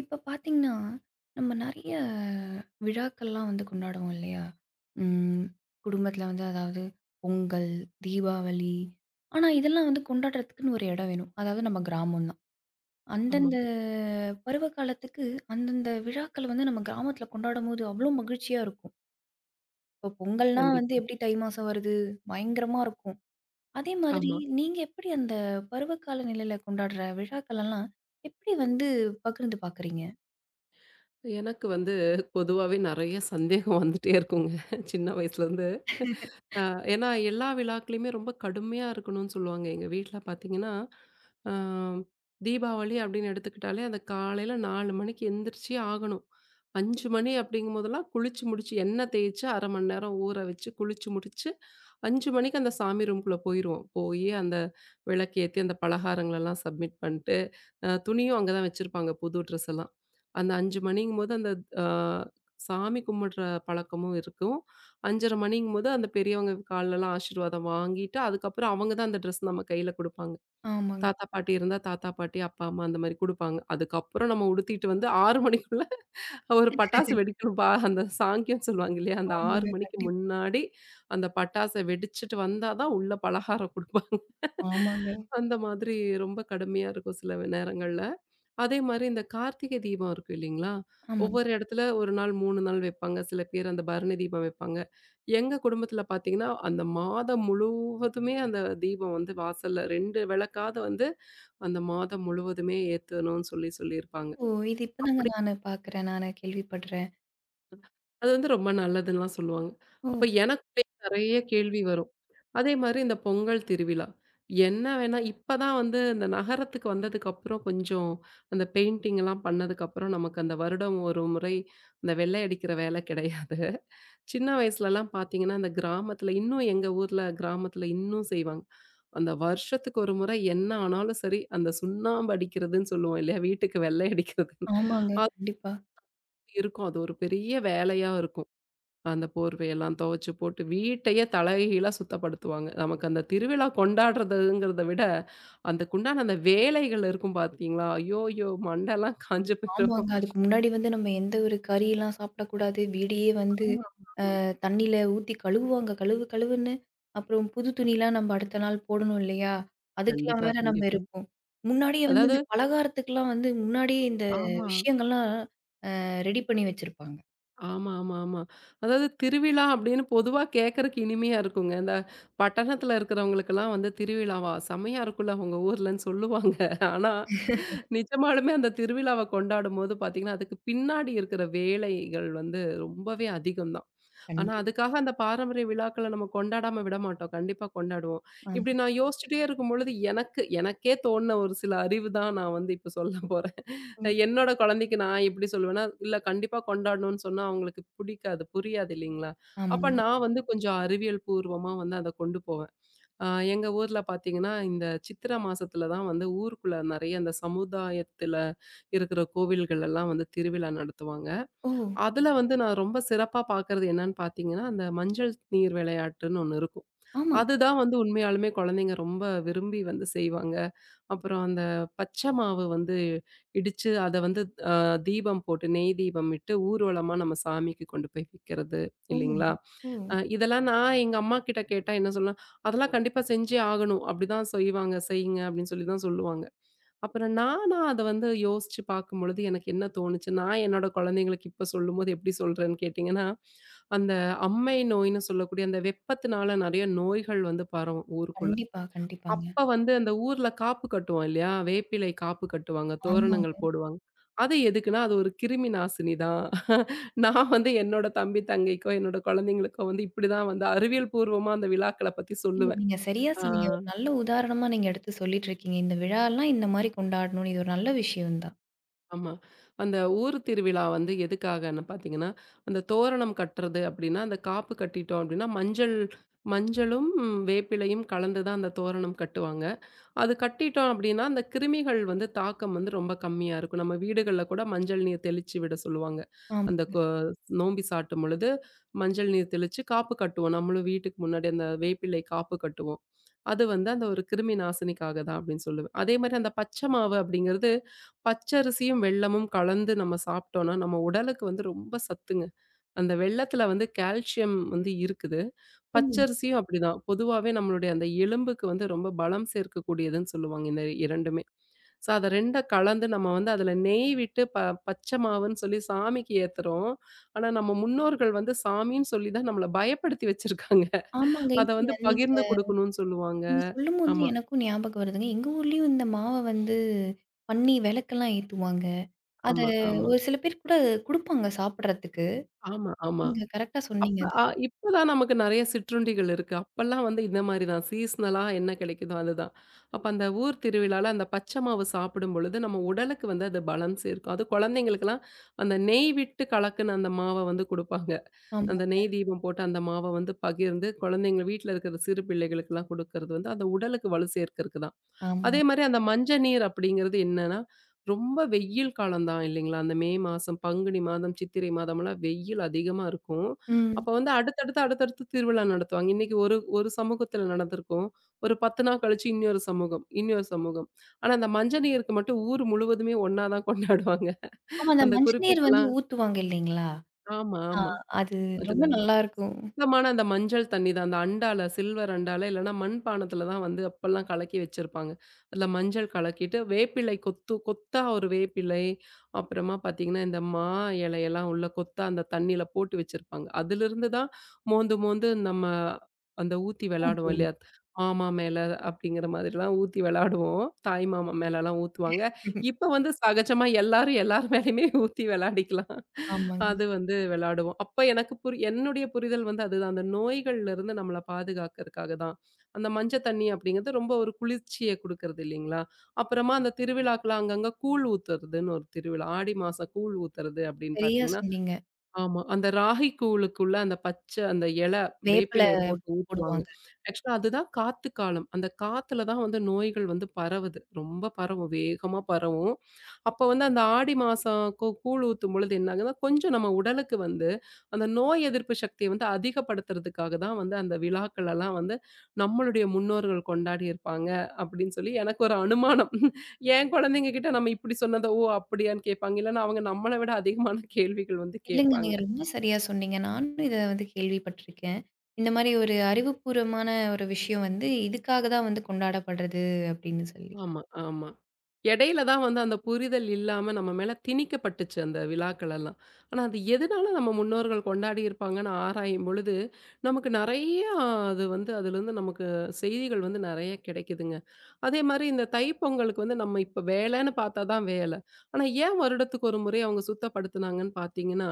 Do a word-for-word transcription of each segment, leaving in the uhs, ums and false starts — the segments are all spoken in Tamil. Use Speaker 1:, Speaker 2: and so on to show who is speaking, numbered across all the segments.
Speaker 1: இப்ப பார்த்தீங்கன்னா, நம்ம நெறைய விழாக்கள்லாம் வந்து கொண்டாடுவோம் இல்லையா? ம். குடும்பத்தில வந்து அதாவது பொங்கல், தீபாவளி. ஆனா, இதெல்லாம் வந்து கொண்டாடுறதுக்குன்னு ஒரு இடம் வேணும். அதாவது நம்ம கிராமம் தான்.
Speaker 2: ஆமா.
Speaker 1: அந்தந்த பருவ காலத்துக்கு அந்தந்த விழாக்கள் வந்து நம்ம கிராமத்தில கொண்டாடும்போது அவ்ளோ மகிழ்ச்சியா இருக்கும். இப்போ பொங்கல்னா வந்து
Speaker 2: கண்டிப்பா.
Speaker 1: எப்படி தை மாசம் வருது? பயங்கரமா இருக்கும். அதே மாதிரி
Speaker 2: ஆமா.
Speaker 1: நீங்க எப்படி அந்த பருவகால நிலையில கொண்டாடுற விழாக்களெல்லாம் எப்படி வந்து பகிர்ந்து பார்க்குறீங்க?
Speaker 2: எனக்கு வந்து பொதுவாவே நெறைய சந்தேகம் வந்துட்டே இருக்குங்க. சின்ன வயசுலருந்து. அ ஏன்னா எல்லா விழாக்களையுமே ரொம்ப கடுமையா இருக்கணும்னு சொல்லுவாங்க. எங்க வீட்ல பார்த்தீங்கன்னா, அ தீபாவளி அப்படின்னு எடுத்துக்கிட்டாலே, அந்த காலையில நாலு மணிக்கு எந்திரிச்சே ஆகணும். அஞ்சு மணி அப்படிங்கும்போதெல்லாம் குளிச்சு முடிச்சு எண்ணெய் தேய்ச்சு அரை மணி நேரம் ஊற வச்சு, குளிச்சு முடிச்சு அஞ்சு மணிக்கு அந்த சாமி ரூம்குள்ள போயிருவோம். போயி அந்த விளக்கேத்தி, அந்த பலகாரங்களெல்லாம் சப்மிட் பண்ட்டு, அ துணியும் அங்க தான் வச்சிருப்பாங்க, புது ட்ரெஸ் எல்லாம். அந்த அஞ்சு மணிங்கும்போது அந்த அ சாமி கும்பிடுற பழக்கமும் இருக்கும். அஞ்சரை மணிங்கும்போது அந்த பெரியவங்க கால்லலாம் ஆசீர்வாதம் வாங்கிட்டு, அதுக்கப்புறம் அவங்க தான் அந்த ட்ரெஸ் நம்ம கையில குடுப்பாங்க.
Speaker 1: ஆமாங்க.
Speaker 2: தாத்தா, பாட்டி இருந்தா தாத்தா, பாட்டி, அப்பா, அம்மா அந்த மாரி குடுப்பாங்க. அதுக்கப்புறம் நம்ம உடுத்திட்டு வந்து ஆறு மணிக்குள்ள ஒரு பட்டாசு வெடிக்கணும்பா. அந்த சாங்கியம் சொல்லுவாங்க இல்லையா? அந்த ஆறு
Speaker 1: ஆமாங்க.
Speaker 2: மணிக்கு
Speaker 1: கண்டிப்பா.
Speaker 2: முன்னாடி அந்த பட்டாச வெடிச்சுட்டு வந்தா தான் உள்ள பலகாரம் குடுப்பாங்க.
Speaker 1: ஆமாங்க.
Speaker 2: அந்த மாதிரி ரொம்ப கடுமையா இருக்கும் சில நேரங்கள்ல. அதே மாரி இந்த கார்த்திகை தீபம் இருக்கு இல்லைங்களா?
Speaker 1: ஆமாங்க.
Speaker 2: ஒவ்வொரு இடத்துல ஒரு நாள் மூணு நாள் வைப்பாங்க. சில பேர் அந்த பரணி தீபம் வைப்பாங்க. எங்க குடும்பத்தில பார்த்தீங்கன்னா, அந்த மாதம் முழுவதுமே அந்த தீபம் வந்து வாசல்ல ரெண்டு விளக்காவது வந்து அந்த மாதம் முழுவதுமே ஏத்தணும்னு சொல்லி சொல்லியிருப்பாங்க.
Speaker 1: ஓ! இது இப்பதாங்க
Speaker 2: அப்படி
Speaker 1: நானு பார்க்குறேன். நானு கேள்விப்படுறேன்.
Speaker 2: அது வந்து ரொம்ப நல்லதுன்லாம் சொல்லுவாங்க.
Speaker 1: ஓ!
Speaker 2: அப்ப எனக்குள்ளயே நெறைய கேள்வி வரும். அதே மாரி இந்த பொங்கல் திருவிழா. என்ன வேணா இப்ப தான் வந்து இந்த நகரத்துக்கு வந்ததுக்கப்புறம் கொஞ்சம் அந்த பெயிண்டிங்லாம் பண்ணதுக்கப்புறம் நமக்கு அந்த வருடம் ஒரு முறை அந்த வெள்ளை அடிக்கிற வேலை கிடையாது. சின்ன வயசுலலாம் பார்த்தீங்கன்னா, அந்த கிராமத்துல இன்னும் எங்க ஊர்ல கிராமத்துல இன்னும் செய்வாங்க. அந்த வருஷத்துக்கு ஒரு முறை என்ன ஆனாலும் சரி, அந்த சுண்ணாம்பு அடிக்கிறதுன்னு சொல்லுவோம் இல்லையா? வீட்டுக்கு வெள்ளை அடிக்கிறதுன்னு.
Speaker 1: ஆமாங்க. கண்டிப்பா.
Speaker 2: இருக்கும். அது ஒரு பெரிய வேலையா இருக்கும். அந்த போர்வையெல்லாம் துவைச்சு போட்டு வீட்டையே தலைகீழா சுத்தப்படுத்துவாங்க. நமக்கு அந்த திருவிழா கொண்டாடுறதுங்கிறத விட, அதுக்குண்டான அந்த வேலைகள் இருக்கும் பார்த்தீங்களா? ஐயோயோ! மண்டைலாம் காஞ்சு போயிரும்.
Speaker 1: ஆமாங்க. அதுக்கு முன்னாடி வந்து நம்ம எந்த ஒரு கறிலாம் சாப்பிடக்கூடாது. வீடையே வந்து
Speaker 2: ஆமா.
Speaker 1: அ தண்ணீல ஊத்தி கழுவுவாங்க. கழுவு கழுவுன்னு. அப்புறம் புது துணிலாம் நம்ம அடுத்த நாள் போடணும் இல்லையா? அதுக்கெல்லாம்
Speaker 2: கண்டிப்பா,
Speaker 1: வேற நம்ம
Speaker 2: கண்டிப்பா.
Speaker 1: இருப்போம். முன்னாடியே வந்து
Speaker 2: அதாவது
Speaker 1: இந்த பலகாரத்துக்குலாம் வந்து முன்னாடியே இந்த
Speaker 2: ஆமா,
Speaker 1: விஷயங்கள்லாம் அ ரெடி பண்ணி வச்சிருப்பாங்க.
Speaker 2: ஆமா, ஆமா, ஆமா. அதாவது திருவிழா அப்படின்னு பொதுவா கேட்கறக்கு இனிமையா இருக்குங்க. இந்த பட்டணத்துல இருக்கிறவங்களுக்கெல்லாம் வந்து திருவிழாவா? செம்மையா இருக்குல்ல உங்க ஊர்லன்னு சொல்லுவாங்க. ஆனா நிஜமாலுமே அந்த திருவிழாவ கொண்டாடும்போது பார்த்தீங்கன்னா, அதுக்கு பின்னாடி இருக்கிற வேலைகள் வந்து ரொம்பவே அதிகம் தான். ஆனா,
Speaker 1: கண்டிப்பா.
Speaker 2: அதுக்காக அந்த பாரம்பரிய விழாக்கள நம்ம கொண்டாடாம விட மாட்டோம். கண்டிப்பா கொண்டாடுவோம். இப்படி
Speaker 1: ஆமா.
Speaker 2: நான் யோசிச்சுட்டே இருக்கும்பொழுது, எனக்கு எனக்கே தோணுன ஒரு சில அறிவு தான் நான் வந்து இப்ப சொல்ல போறேன்.
Speaker 1: ம்.
Speaker 2: அஹ் என்னோட குழந்தைக்கு நான் எப்படி சொல்லுவேன்னா, "இல்ல கண்டிப்பா கொண்டாடணும்னு" சொன்னா அவங்களுக்கு பிடிக்காது, புரியாது இல்லைங்களா? அப்ப
Speaker 1: ஆமாங்க.
Speaker 2: நான் வந்து கொஞ்சம் அறிவியல் பூர்வமா வந்து அத கொண்டு போவேன். ஆ, எங்க ஊர்ல பார்த்தீங்கன்னா, இந்த சித்திரை மாசத்துல தான் வந்து ஊருக்குள்ள நெறைய அந்த சமுதாயத்துல இருக்கிற கோவில்கள் எல்லாம் வந்து திருவிழா நடத்துவாங்க.
Speaker 1: ஓ!
Speaker 2: அதுல வந்து நான் ரொம்ப சிறப்பா பார்க்கறது என்னன்னு பார்த்தீங்கன்னா, அந்த மஞ்சள் நீர் விளையாட்டுன்னு ஒண்ணு இருக்கும்.
Speaker 1: ஆமாங்க.
Speaker 2: அதுதான் வந்து உண்மையாலுமே குழந்தைங்க ரொம்ப விரும்பி வந்து செய்வாங்க. அப்புறம் அந்த பச்சை மாவு வந்து இடிச்சு அத வந்து அ தீபம் போட்டு நெய் தீபம் இட்டு ஊர்வலமா நம்ம சாமிக்கு கொண்டு போய் விக்கிறது
Speaker 1: ஓ!
Speaker 2: இல்லைங்களா?
Speaker 1: ஓ!
Speaker 2: அ இதெல்லாம் நான் எங்க அம்மாகிட்ட கேட்டா என்ன சொல்லுவேன், "அதெல்லாம் கண்டிப்பா செஞ்சே ஆகணும். அப்டிதான் செய்வாங்க, செய்யுங்க" அப்டின்னு சொல்லி தான் சொல்லுவாங்க. அப்புறம் நானா அத வந்து யோசிச்சு பார்க்கும்பொழுது எனக்கு என்ன தோணுச்சு, நான் என்னோட குழந்தைங்களுக்கு இப்ப சொல்லும்போது எப்டி சொல்றேன்னு கேட்டீங்கன்னா, அந்த அம்மை நோய்ன்னு சொல்லக்கூடிய அந்த வெப்பத்தினால நெறைய நோய்கள் வந்து பரவும் ஊருக்குள்ள.
Speaker 1: கண்டிப்பா, கண்டிப்பாங்க.
Speaker 2: அப்ப வந்து அந்த ஊர்ல காப்பு கட்டுவோம் இல்லையா? வேப்பிலை காப்பு கட்டுவாங்க, தோரணங்கள்
Speaker 1: ஆமாங்க.
Speaker 2: போடுவாங்க. அது எதுக்குன்னா, அது ஒரு கிருமி நாசினி தான். நான் வந்து என்னோட தம்பி, தங்கைக்கோ, என்னோட குழந்தைங்களுக்கோ வந்து இப்படிதான் வந்து அறிவியல் பூர்வமா அந்த விழாக்கள பத்தி
Speaker 1: இல்ல
Speaker 2: சொல்லுவேன்.
Speaker 1: நீங்க சரியா
Speaker 2: ஆ
Speaker 1: சொன்னீங்க. ஒரு நல்ல உதாரணமா நீங்க எடுத்து சொல்லிட்டு இருக்கீங்க. இந்த விழாலாம் இந்த மாரி கொண்டாடணும்னு. இது ஒரு நல்ல விஷயம் தான்.
Speaker 2: ஆமா. அந்த ஊர் திருவிழா வந்து எதுக்காகன்னு பார்த்தீங்கன்னா, அந்த தோரணம் கட்டுறது அப்படின்னா, அந்த காப்பு கட்டிட்டோம் அப்படின்னா, மஞ்சள் மஞ்சளும் வேப்பிலையும் கலந்து தான் அந்த தோரணம் கட்டுவாங்க. அது கட்டிட்டோம் அப்படின்னா, அந்த கிருமிகள் வந்து தாக்கம் வந்து ரொம்ப கம்மியா இருக்கும். நம்ம வீடுகள்ல கூட மஞ்சள் நீர் தெளிச்சு விட சொல்லுவாங்க. அந்த
Speaker 1: ஆமாங்க.
Speaker 2: கொ நோம்பி சாட்டும் பொழுது மஞ்சள் நீர் தெளிச்சு காப்பு கட்டுவோம். நம்மளும் வீட்டுக்கு முன்னாடி அந்த வேப்பிலை காப்பு கட்டுவோம். அது வந்து அந்த ஒரு கிருமி நாசினிக்காக தான் அப்படின்னு சொல்லுவேன். அதே மாரி அந்த பச்சை மாவு அப்படிங்கிறது, பச்சரிசியும் வெல்லமும் கலந்து நம்ம சாப்பிட்டோம்னா, நம்ம உடலுக்கு வந்து ரொம்ப சத்துங்க. அந்த வெல்லத்தில வந்து கால்சியம் வந்து இருக்குது.
Speaker 1: ம்.
Speaker 2: பச்சரிசியும் அப்படிதான். பொதுவாவே நம்மளுடைய அந்த எலும்புக்கு வந்து ரொம்ப பலம் சேர்க்கக்கூடியதுன்னு சொல்லுவாங்க இந்த 2மே. ஸோ அத ரெண்டு கலந்து நம்ம வந்து அதில நெய் விட்டு ப பச்சை மாவுன்னு சொல்லி சாமிக்கு ஏத்துறோம். ஆனா நம்ம முன்னோர்கள் வந்து சாமின்னு சொல்லி தான் நம்மள பயப்படுத்தி வச்சிருக்காங்க.
Speaker 1: ஆமாங்க.
Speaker 2: அத வந்து
Speaker 1: இல்ல நீங்க
Speaker 2: பகிர்ந்து குடுக்கணும்னு சொல்லுவாங்க.
Speaker 1: நீங்க சொல்லும்போது
Speaker 2: ஆமா,
Speaker 1: எனக்கும் ஞாபகம் வருதுங்க. எங்க ஊர்லயும் இந்த மாவ வந்து பண்ணி விளக்கெல்லாம் ஏத்துவாங்க. அத
Speaker 2: ஆமா, ஆமா,
Speaker 1: ஒரு சில பேர் கூட குடுப்பாங்க சாப்பிடுறதுக்கு.
Speaker 2: ஆமா, ஆமா.
Speaker 1: நீங்க கரெக்ட்டா
Speaker 2: அப்ப
Speaker 1: சொன்னீங்க அது.
Speaker 2: அ இப்ப தான் நமக்கு நெறைய சிற்றுண்டிகள் இருக்கு. அப்பல்லாம் வந்து இந்த மாரி தான். சீஸ்னலா என்ன கிடைக்குதோ அதுதான். அப்ப அந்த ஊர் திருவிழால அந்த பச்சை மாவு சாப்பிடும் பொழுது, நம்ம உடலுக்கு வந்து அது பலன் சேர்க்கும். அது குழந்தைங்களுக்கெல்லாம் அந்த நெய் விட்டு கலக்குன அந்த மாவ வந்து குடுப்பாங்க.
Speaker 1: ஆமா,
Speaker 2: அந்த நெய் தீபம் போட்டு அந்த மாவ வந்து பகிர்ந்து குழந்தைங்க வீட்ல இருக்கிற சிறு பிள்ளைகளுக்கெல்லாம் குடுக்கறது வந்து அந்த உடலுக்கு வலு சேர்க்கறக்கு தான். அதே
Speaker 1: ஆமாங்க.
Speaker 2: மாரி அந்த மஞ்ச நீர் அப்படிங்கிறது என்னன்னா, ரொம்ப வெயில் காலம் தான் இல்லைங்களா? அந்த மே மாசம், பங்குனி மாதம், சித்திரை மாதம்லாம் வெயில் அதிகமா இருக்கும். அப்ப
Speaker 1: ம்.
Speaker 2: வந்து அடுத்தடுத்து, அடுத்தடுத்து திருவிழா நடத்துவாங்க. இன்னைக்கு ஒரு ஒரு சமூகத்துல நடந்திருக்கும். ஒரு பத்து நாள் கழிச்சு இன்னொரு சமூகம், இன்னொரு சமூகம். ஆனா அந்த மஞ்ச நீருக்கு மட்டும் ஊர் முழுவதுமே ஒண்ணா தான் கொண்டாடுவாங்க.
Speaker 1: ஆமா அந்த
Speaker 2: அந்த
Speaker 1: மஞ்சள் நீர் வந்து
Speaker 2: குறிப்பிட்டலாம்
Speaker 1: ஊத்துவாங்க இல்லைங்களா?
Speaker 2: ஆமா,
Speaker 1: ஆ
Speaker 2: ஆமா.
Speaker 1: அது
Speaker 2: அது
Speaker 1: ரொம்ப நல்லாருக்கும்.
Speaker 2: சுத்தமான அந்த மஞ்சள் தண்ணி தான். அந்த அண்டால, சில்வர் அண்டால இல்லன்னா மண்பானத்துல தான் வந்து அப்பல்லாம் கலக்கி வச்சிருப்பாங்க. அதுல மஞ்சள் கலக்கிட்டு, வேப்பிலை கொத்து கொத்தா ஒரு வேப்பிலை, அப்புறமா பார்த்தீங்கன்னா, இந்த மா இலையெல்லாம் உள்ள கொத்தா அந்த தண்ணியில போட்டு வச்சிருப்பாங்க. அதிலிருந்து தான் மோந்து மோந்து நம்ம அந்த ஊத்தி விளையாடுவோம்
Speaker 1: ஊத்துவோம்.
Speaker 2: இல்லையா? மாமா மேல அப்படிங்கிற மாதிரிலாம் ஊத்தி விளையாடுவோம். தாய் மாமா மேலலாம் ஊத்துவாங்க. இப்ப வந்து சகஜமா எல்லாரும் எல்லார் மேலயுமே ஊத்தி விளையாடிக்கலாம்.
Speaker 1: ஆமாங்க.
Speaker 2: அது வந்து விளையாடுவோம். அப்ப எனக்கு புரி என்னுடைய புரிதல் வந்து அதுதான். அந்த நோய்கள்ல இருந்து நம்மள பாதுகாக்கிறதுக்காக தான். அந்த மஞ்ச தண்ணி அப்படிங்கிறது ரொம்ப ஒரு குளிர்ச்சிய குடுக்கறது இல்லைங்களா? அப்புறமா அந்த திருவிழாக்கெல்லாம் அங்கங்க கூழ் ஊத்துறதுன்னு ஒரு திருவிழா. ஆடி மாசம் கூழ் ஊத்துறது அப்படின்னு
Speaker 1: சரியா
Speaker 2: பார்த்தீங்கன்னா,
Speaker 1: சொன்னீங்க.
Speaker 2: ஆமா. அந்த ராகி கூழுக்குள்ள அந்த பச்ச அந்த இல
Speaker 1: வேப்பில
Speaker 2: வேப்பிலைய போட்டு ஊத்துவாங்க.
Speaker 1: போடுவாங்க.
Speaker 2: ஆக்சுவலா அதுதான் காத்து காலம். அந்த காத்துல தான் வந்து நோய்கள் வந்து பரவுது. ரொம்ப பரவும். வேகமா பரவும். அப்ப வந்து அந்த ஆடி மாசம் கூ கூழ் ஊத்தும் பொழுது என்ன ஆகுதுன்னா, கொஞ்சம் நம்ம உடலுக்கு வந்து அந்த நோய் எதிர்ப்பு சக்திய வந்து அதிகப்படுத்துறதுக்காக தான் வந்து அந்த விழாக்கள் எல்லாம் வந்து நம்மளுடைய முன்னோர்கள் கொண்டாடி இருப்பாங்க அப்படின்னு சொல்லி எனக்கு ஒரு அனுமானம். என் குழந்தைங்க கிட்ட நம்ம இப்படி சொன்னத, ஓ! அப்படியான்னு கேட்பாங்க. இல்லன்னா அவங்க நம்மள விட அதிகமான கேள்விகள் வந்து
Speaker 1: இல்லங்க.
Speaker 2: கேட்பாங்க.
Speaker 1: நீங்க ரொம்ப சரியா சொன்னீங்க. நானும் இத வந்து கேள்விப்பட்டுருக்கேன். இந்த மாரி ஒரு அறிவுபூர்வமான ஒரு விஷயம் வந்து இதுக்காக தான் வந்து கொண்டாடப்படுறது அப்படின்னு சொல்லி.
Speaker 2: ஆமா, ஆமா. இடையில தான் வந்து அந்த புரிதல் இல்லாம நம்ம மேல திணிக்கப்பட்டுச்சு அந்த விழாக்கள் எல்லாம். ஆனா அது எதனால நம்ம முன்னோர்கள் கொண்டாடி இருப்பாங்கன்னு ஆராயும் பொழுது, நமக்கு நெறைய அது வந்து அதிலிருந்து நமக்கு செய்திகள் வந்து நெறைய கிடைக்குதுங்க. அதே மாரி இந்த தைப்பொங்கலுக்கு வந்து நம்ம இப்ப வேலைன்னு பார்த்தா தான் வேலை. ஆனா ஏன் வருடத்துக்கு ஒரு முறை அவங்க சுத்தப்படுத்துனாங்கன்னு பார்த்தீங்கன்னா,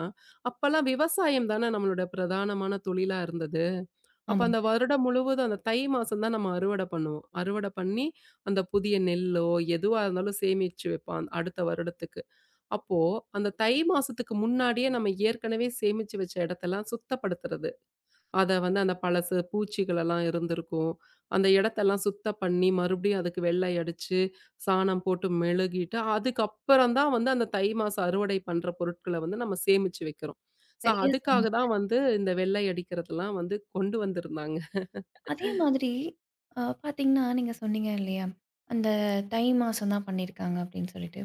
Speaker 2: அப்பல்லாம் விவசாயம் தானே நம்மளோட பிரதானமான தொழிலா இருந்தது. அப்ப அந்த
Speaker 1: ஆமாங்க.
Speaker 2: வருடம் முழுவதும் அந்த தை மாசம் தான் நம்ம அறுவடை பண்ணுவோம். அறுவடை பண்ணி, அந்த புதிய நெல்லோ, எதுவா இருந்தாலும் சேமிச்சு வைப்பான் அடுத்த வருடத்துக்கு. அப்போ அந்த தை மாசத்துக்கு முன்னாடியே நம்ம ஏற்கனவே சேமிச்சு வச்ச இடத்தெல்லாம் சுத்தப்படுத்துறது. அத வந்து அந்த பழசு பூச்சிகளெல்லாம் இருந்திருக்கும். அந்த இடத்தெல்லாம் சுத்தம் பண்ணி, மறுபடியும் அதுக்கு வெள்ளை அடிச்சு, சாணம் போட்டு மெழுகிட்டு, அதுக்கப்புறம் தான் வந்து அந்த தை மாசம் அறுவடை பண்ற பொருட்கள வந்து நம்ம சேமிச்சு வைக்கிறோம். ஸோ
Speaker 1: சரியா
Speaker 2: அதுக்காக
Speaker 1: சொன்னீங்க.
Speaker 2: தான் வந்து இந்த வெள்ளை அடிக்கிறதெல்லாம் வந்து கொண்டு வந்திருந்தாங்க.
Speaker 1: அதே மாதிரி அ பார்த்தீங்கன்னா, நீங்க சொன்னீங்க இல்லையா? அந்த தை மாசம் தான் பண்ணியிருக்காங்க அப்படின்னு சொல்லிட்டு.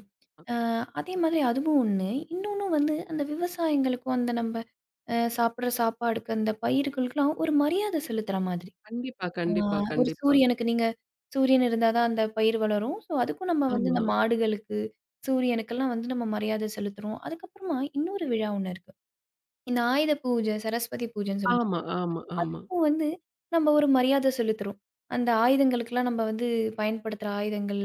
Speaker 1: அ அதே மாதிரி அதுவும் ஒண்ணு. இன்னொன்னு வந்து அந்த விவசாயிங்களுக்கும் அந்த நம்ப அ சாப்பிடுற சாப்பாடுக்கு அந்த பயிருகளுக்கெல்லாம் ஒரு மரியாதை செலுத்துற மாதிரி.
Speaker 2: கண்டிப்பா,
Speaker 1: ஆ
Speaker 2: கண்டிப்பா,
Speaker 1: ஒரு
Speaker 2: கண்டிப்பா.
Speaker 1: சூரியனுக்கு நீங்க சூரியன் இருந்தா தான் அந்த பயிர் வளரும். ஸோ, அதுக்கும் நம்ம வந்து
Speaker 2: ஆமா,
Speaker 1: இந்த மாடுகளுக்கு, சூரியனுக்கெல்லாம் வந்து நம்ம மரியாதை செலுத்துறோம். அதுக்கப்புறமா இன்னொரு விழா ஒண்ணு இருக்கு. இந்த ஆயுத பூஜை, சரஸ்வதி பூஜைன்னு சொல்லுவோம்.
Speaker 2: ஆமா, ஆமா, ஆமா,
Speaker 1: இப்போ வந்து நம்ம ஒரு மரியாதை செலுத்துறோம். அந்த ஆயுதங்களுக்கெல்லாம் நம்ம வந்து பயன்படுத்துற ஆயுதங்கள்,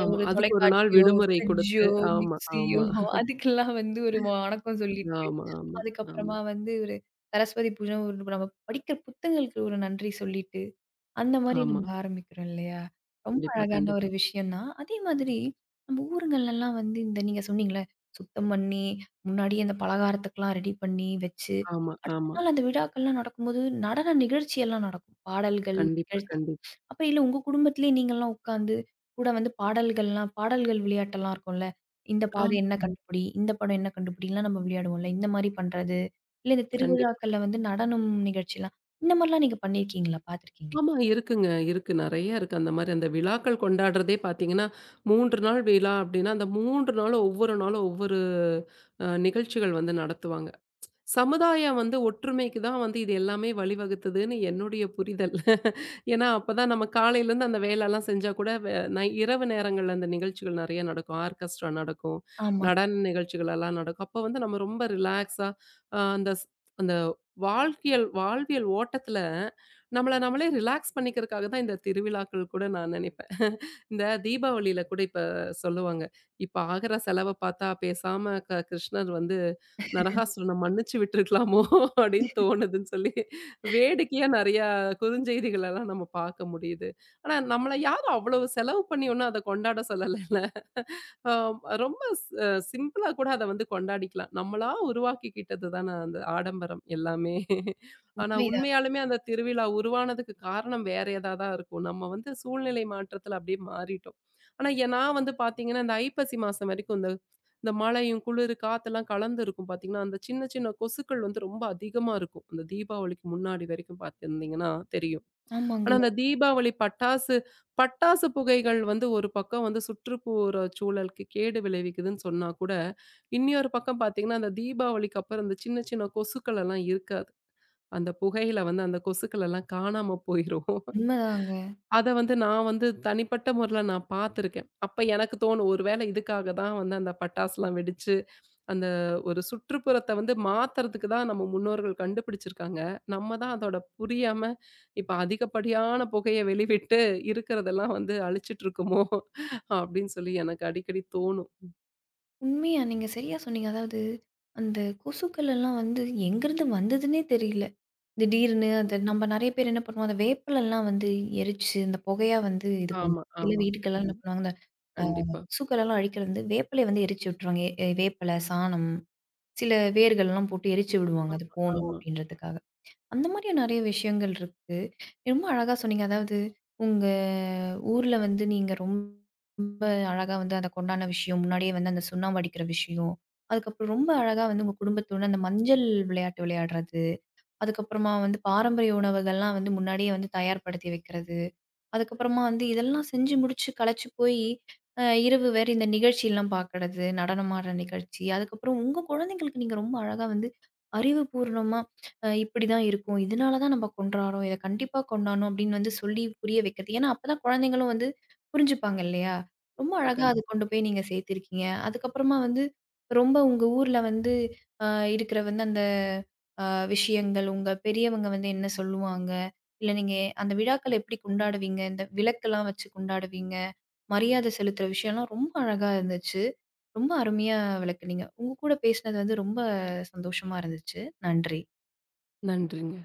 Speaker 2: ஆமா.
Speaker 1: ஒரு
Speaker 2: அதுக்கு ஒரு நாள்
Speaker 1: தொலைக்காட்சியோ,
Speaker 2: விடுமுறை
Speaker 1: ஃப்ரிட்ஜோ,
Speaker 2: குடுத்து, ஆமா,
Speaker 1: மிக்ஸியோ
Speaker 2: ஆமா,
Speaker 1: அதுக்கெல்லாம் வந்து ஒரு வணக்கம் சொல்லிட்டு,
Speaker 2: ஆமா, ஆமா, ஆமா,
Speaker 1: அதுக்கப்புறமா வந்து ஒரு சரஸ்வதி பூஜை ஒரு நம்ம படிக்கிற புத்தகங்களுக்கு ஒரு நன்றி சொல்லிட்டு அந்த மாரி
Speaker 2: ஆமா.
Speaker 1: நம்ம ஆரம்பிக்கிறோம் இல்லையா? ரொம்ப
Speaker 2: கண்டிப்பா,
Speaker 1: அழகான ஒரு
Speaker 2: கண்டிப்பா.
Speaker 1: விஷயம் தான். அதே மாதிரி நம்ம ஊருங்கள்லலாம் வந்து இந்த நீங்க சொன்னீங்கல்ல, சுத்தம் பண்ணி, முன்னாடியே அந்த பலகாரத்துக்கெல்லாம் ரெடி பண்ணி வச்சு,
Speaker 2: ஆமா,
Speaker 1: அடுத்த
Speaker 2: ஆமா.
Speaker 1: நாள் அந்த விழாக்கள்லாம் நடக்கும்போது நடன நிகழ்ச்சியெல்லாம் நடக்கும். பாடல்கள்,
Speaker 2: கண்டிப்பா,
Speaker 1: நிகழ்ச்சி.
Speaker 2: கண்டிப்பா.
Speaker 1: அப்ப இல்ல உங்க குடும்பத்திலேயே நீங்கலாம் உட்காந்து கூட வந்து பாடல்கள்லாம் பாடல்கள் விளையாட்டெல்லாம் இருக்கும்ல. இந்த பாடம்
Speaker 2: ஆமா,
Speaker 1: என்ன
Speaker 2: ம்.
Speaker 1: கண்டுபிடி, இந்த படம் என்ன கண்டுபிடிலாம் நம்ம விளையாடுவோம்ல. இந்த மாரி பண்றது. இல்ல இந்த
Speaker 2: கண்டிப்பா.
Speaker 1: திருவிழாக்கள்ல வந்து நடனம் நிகழ்ச்சிலாம். இந்த மாரிலாம் நீங்க பண்ணியிருக்கீங்களா? பார்த்துருக்கீங்களா?
Speaker 2: ஆமா இருக்குங்க. இருக்கு. நெறைய இருக்கு. அந்த மாரி அந்த விழாக்கள் கொண்டாடுறதே பார்த்தீங்கன்னா, மூன்று நாள் விழா அப்டின்னா, அந்த மூன்று நாளும் ஒவ்வொரு நாளும் ஒவ்வொரு அ நிகழ்ச்சிகள் வந்து நடத்துவாங்க. சமுதாயம் வந்து ஒற்றுமைக்கு தான் வந்து இது எல்லாமே வழிவகுத்ததுன்னு என்னுடைய புரிதல். ஏன்னா, அப்பதான் நம்ம காலையிலேருந்து அந்த வேலைலாம் செஞ்சா கூட வே நை இரவு நேரங்கள்ல அந்த நிகழ்ச்சிகள் நெறைய நடக்கும். ஆர்கெஸ்ட்ரா நடக்கும்.
Speaker 1: ஆமா.
Speaker 2: நடன நிகழ்ச்சிகள் எல்லாம் நடக்கும். அப்போ வந்து நம்ம ரொம்ப ரிலாக்ஸா அ அந்த ஸ் அந்த வாழ்க்கையல் வாழ்வியல் ஓட்டத்தில நம்மள நம்மளே ரிலாக்ஸ் பண்ணிக்கிறதுக்காக தான் இந்த திருவிழாக்கள் கூட நான் நெனைப்பேன். இந்த தீபாவளியில கூட இப்ப சொல்லுவாங்க. இப்ப ஆகுற செலவ பார்த்தா பேசாம க கிருஷ்ணர் வந்து நரகாசுரன மன்னிச்சு விட்டுருக்கலாமோ! அப்டின்னு தோணுதுன்னு சொல்லி, வேடிக்கையா நெறையா குறுஞ்செய்திகளெல்லாம் நம்ம பார்க்க முடியுது. ஆனா, நம்மள யாரும் அவ்வளவு செலவு பண்ணி ஒண்ணும் அத கொண்டாட சொல்லலல்ல. ஆ ரொம்ப ஸ் அ சிம்பிளா கூட அத வந்து கொண்டாடிக்கலாம். நம்மளா உருவாக்கிக்கிட்டது தான அந்த ஆடம்பரம் எல்லாமே. ஆனா
Speaker 1: உண்மைதான்.
Speaker 2: உண்மையாலுமே அந்த திருவிழா உருவானதுக்கு காரணம் வேற ஏதா தான் இருக்கும். நம்ம வந்து சூழ்நிலை மாற்றத்துல அப்படியே மாறிட்டோம். ஆனா எ நான் வந்து பார்த்தீங்கன்னா, இந்த ஐப்பசி மாசம் வரைக்கும் இந்த இந்த மழையும், குளிரு, காத்தெல்லாம் கலந்து இருக்கும் பார்த்தீங்கன்னா, அந்த சின்ன சின்ன கொசுக்கள் வந்து ரொம்ப அதிகமா இருக்கும். அந்த தீபாவளிக்கு முன்னாடி வரைக்கும் பார்த்திருந்தீங்கன்னா தெரியும்.
Speaker 1: ஆமாங்க.
Speaker 2: ஆனா, அந்த தீபாவளி பட்டாசு பட்டாசு புகைகள் வந்து ஒரு பக்கம் வந்து சுற்றுப்புற சூழலுக்கு கேடு விளைவிக்குதுன்னு சொன்னா கூட, இன்னியொரு பக்கம் பார்த்தீங்கன்னா, அந்த தீபாவளிக்கு அப்புறம் இந்த சின்ன சின்ன கொசுக்கள் எல்லாம் இருக்காது. அந்த புகையில வந்து அந்த கொசுக்கள் எல்லாம் காணாம போயிரும்.
Speaker 1: உண்மதாங்க.
Speaker 2: அத வந்து நான் வந்து தனிப்பட்ட முறையில நான் பார்த்துருக்கேன். அப்ப எனக்கு தோணும், ஒரு வேளை இதுக்காக தான் வந்து அந்த பட்டாசுலாம் வெடிச்சு அந்த ஒரு சுற்றுப்புறத்த வந்து மாத்துறதுக்கு தான் நம்ம முன்னோர்கள் கண்டுபிடிச்சிருக்காங்க. நம்ம தான் அதோட புரியாம, இப்ப அதிகப்படியான புகைய வெளிவிட்டு இருக்கிறதெல்லாம் வந்து அழிச்சிட்டு இருக்கோமோ! அப்டின்னு சொல்லி எனக்கு அடிக்கடி தோணும்.
Speaker 1: உண்மையா நீங்க சரியா சொன்னீங்க. அதாவது, அந்த கொசுக்கள் எல்லாம் வந்து எங்கருந்து வந்ததுன்னே தெரியல. திடீர்னு அது நம்ம நெறைய பேர் என்ன பண்ணுவோம், அந்த வேப்பிலலாம் வந்து எரிச்சு, அந்த புகையா வந்து இது பண்ணும்.
Speaker 2: ஆமா,
Speaker 1: சில
Speaker 2: ஆமா.
Speaker 1: வீட்டுக்கெல்லாம் என்ன
Speaker 2: ம்.
Speaker 1: பண்ணுவாங்க, இந்த அ
Speaker 2: கண்டிப்பா.
Speaker 1: கொசுக்களெல்லாம் அழிக்கிறது வந்து வேப்பிலைய வந்து எரிச்சு விட்டுருவாங்க. எ வேப்பில, சாணம், சில வேர்கள்லாம் போட்டு எரிச்சு விடுவாங்க. அது போணும்
Speaker 2: ஆமா.
Speaker 1: அப்படின்றதுக்காக. அந்த மாதிரியும் நெறைய விஷயங்கள் இருக்கு. ரொம்ப அழகா சொன்னீங்க. அதாவது உங்க ஊர்ல வந்து நீங்க ரொம்ப அழகா வந்து அத கொண்டாடுன விஷயம், முன்னாடியே வந்து அந்த சுண்ணாம்பு அடிக்கிற விஷயம். அதுக்கப்புறம் ரொம்ப அழகா வந்து உங்க குடும்பத்துடன் அந்த மஞ்சள் விளையாட்டு விளையாடுறது. அதுக்கப்புறமா வந்து பாரம்பரிய உணவுகள்லாம் வந்து முன்னாடியே வந்து தயார்படுத்தி வைக்கிறது. அதுக்கப்புறமா வந்து இதெல்லாம் செஞ்சு முடிச்சு களைச்சு போய், அ இரவு வேற இந்த நிகழ்ச்சிலாம் பார்க்கறது, நடனமாடுற நிகழ்ச்சி. அதுக்கப்புறம் உங்க குழந்தைங்களுக்கு நீங்க ரொம்ப அழகா வந்து அறிவுபூர்வமா, அ இப்படிதான் இருக்கும். இதனால தான் நம்ம கொண்டாடுறோம். இத கண்டிப்பா கொண்டாடணும் அப்படின்னு வந்து சொல்லி புரிய வைக்கிறது. ஏன்னா, அப்பதான் குழந்தைங்களும் வந்து புரிஞ்சுப்பாங்க இல்லையா? ரொம்ப
Speaker 2: கண்டிப்பா,
Speaker 1: அழகா அது
Speaker 2: கண்டிப்பா.
Speaker 1: கொண்டு போய் நீங்க சேர்த்திருக்கீங்க. அதுக்கப்புறமா வந்து ரொம்ப உங்க ஊர்ல வந்து அ இருக்கிற வந்து அந்த அ விஷயங்கள், உங்க பெரியவங்க வந்து என்ன சொல்லுவாங்க? இல்ல நீங்க அந்த விழாக்கள எப்படி கொண்டாடுவீங்க? இந்த விளக்கெல்லாம் வச்சு கொண்டாடுவீங்க. மரியாதை செலுத்துற விஷயம்லாம் ரொம்ப அழகா இருந்துச்சு. ரொம்ப அருமையா விளக்குனீங்க. உங்க கூட பேசினது வந்து ரொம்ப சந்தோஷமா இருந்துச்சு. நன்றி.
Speaker 2: நன்றிங்க.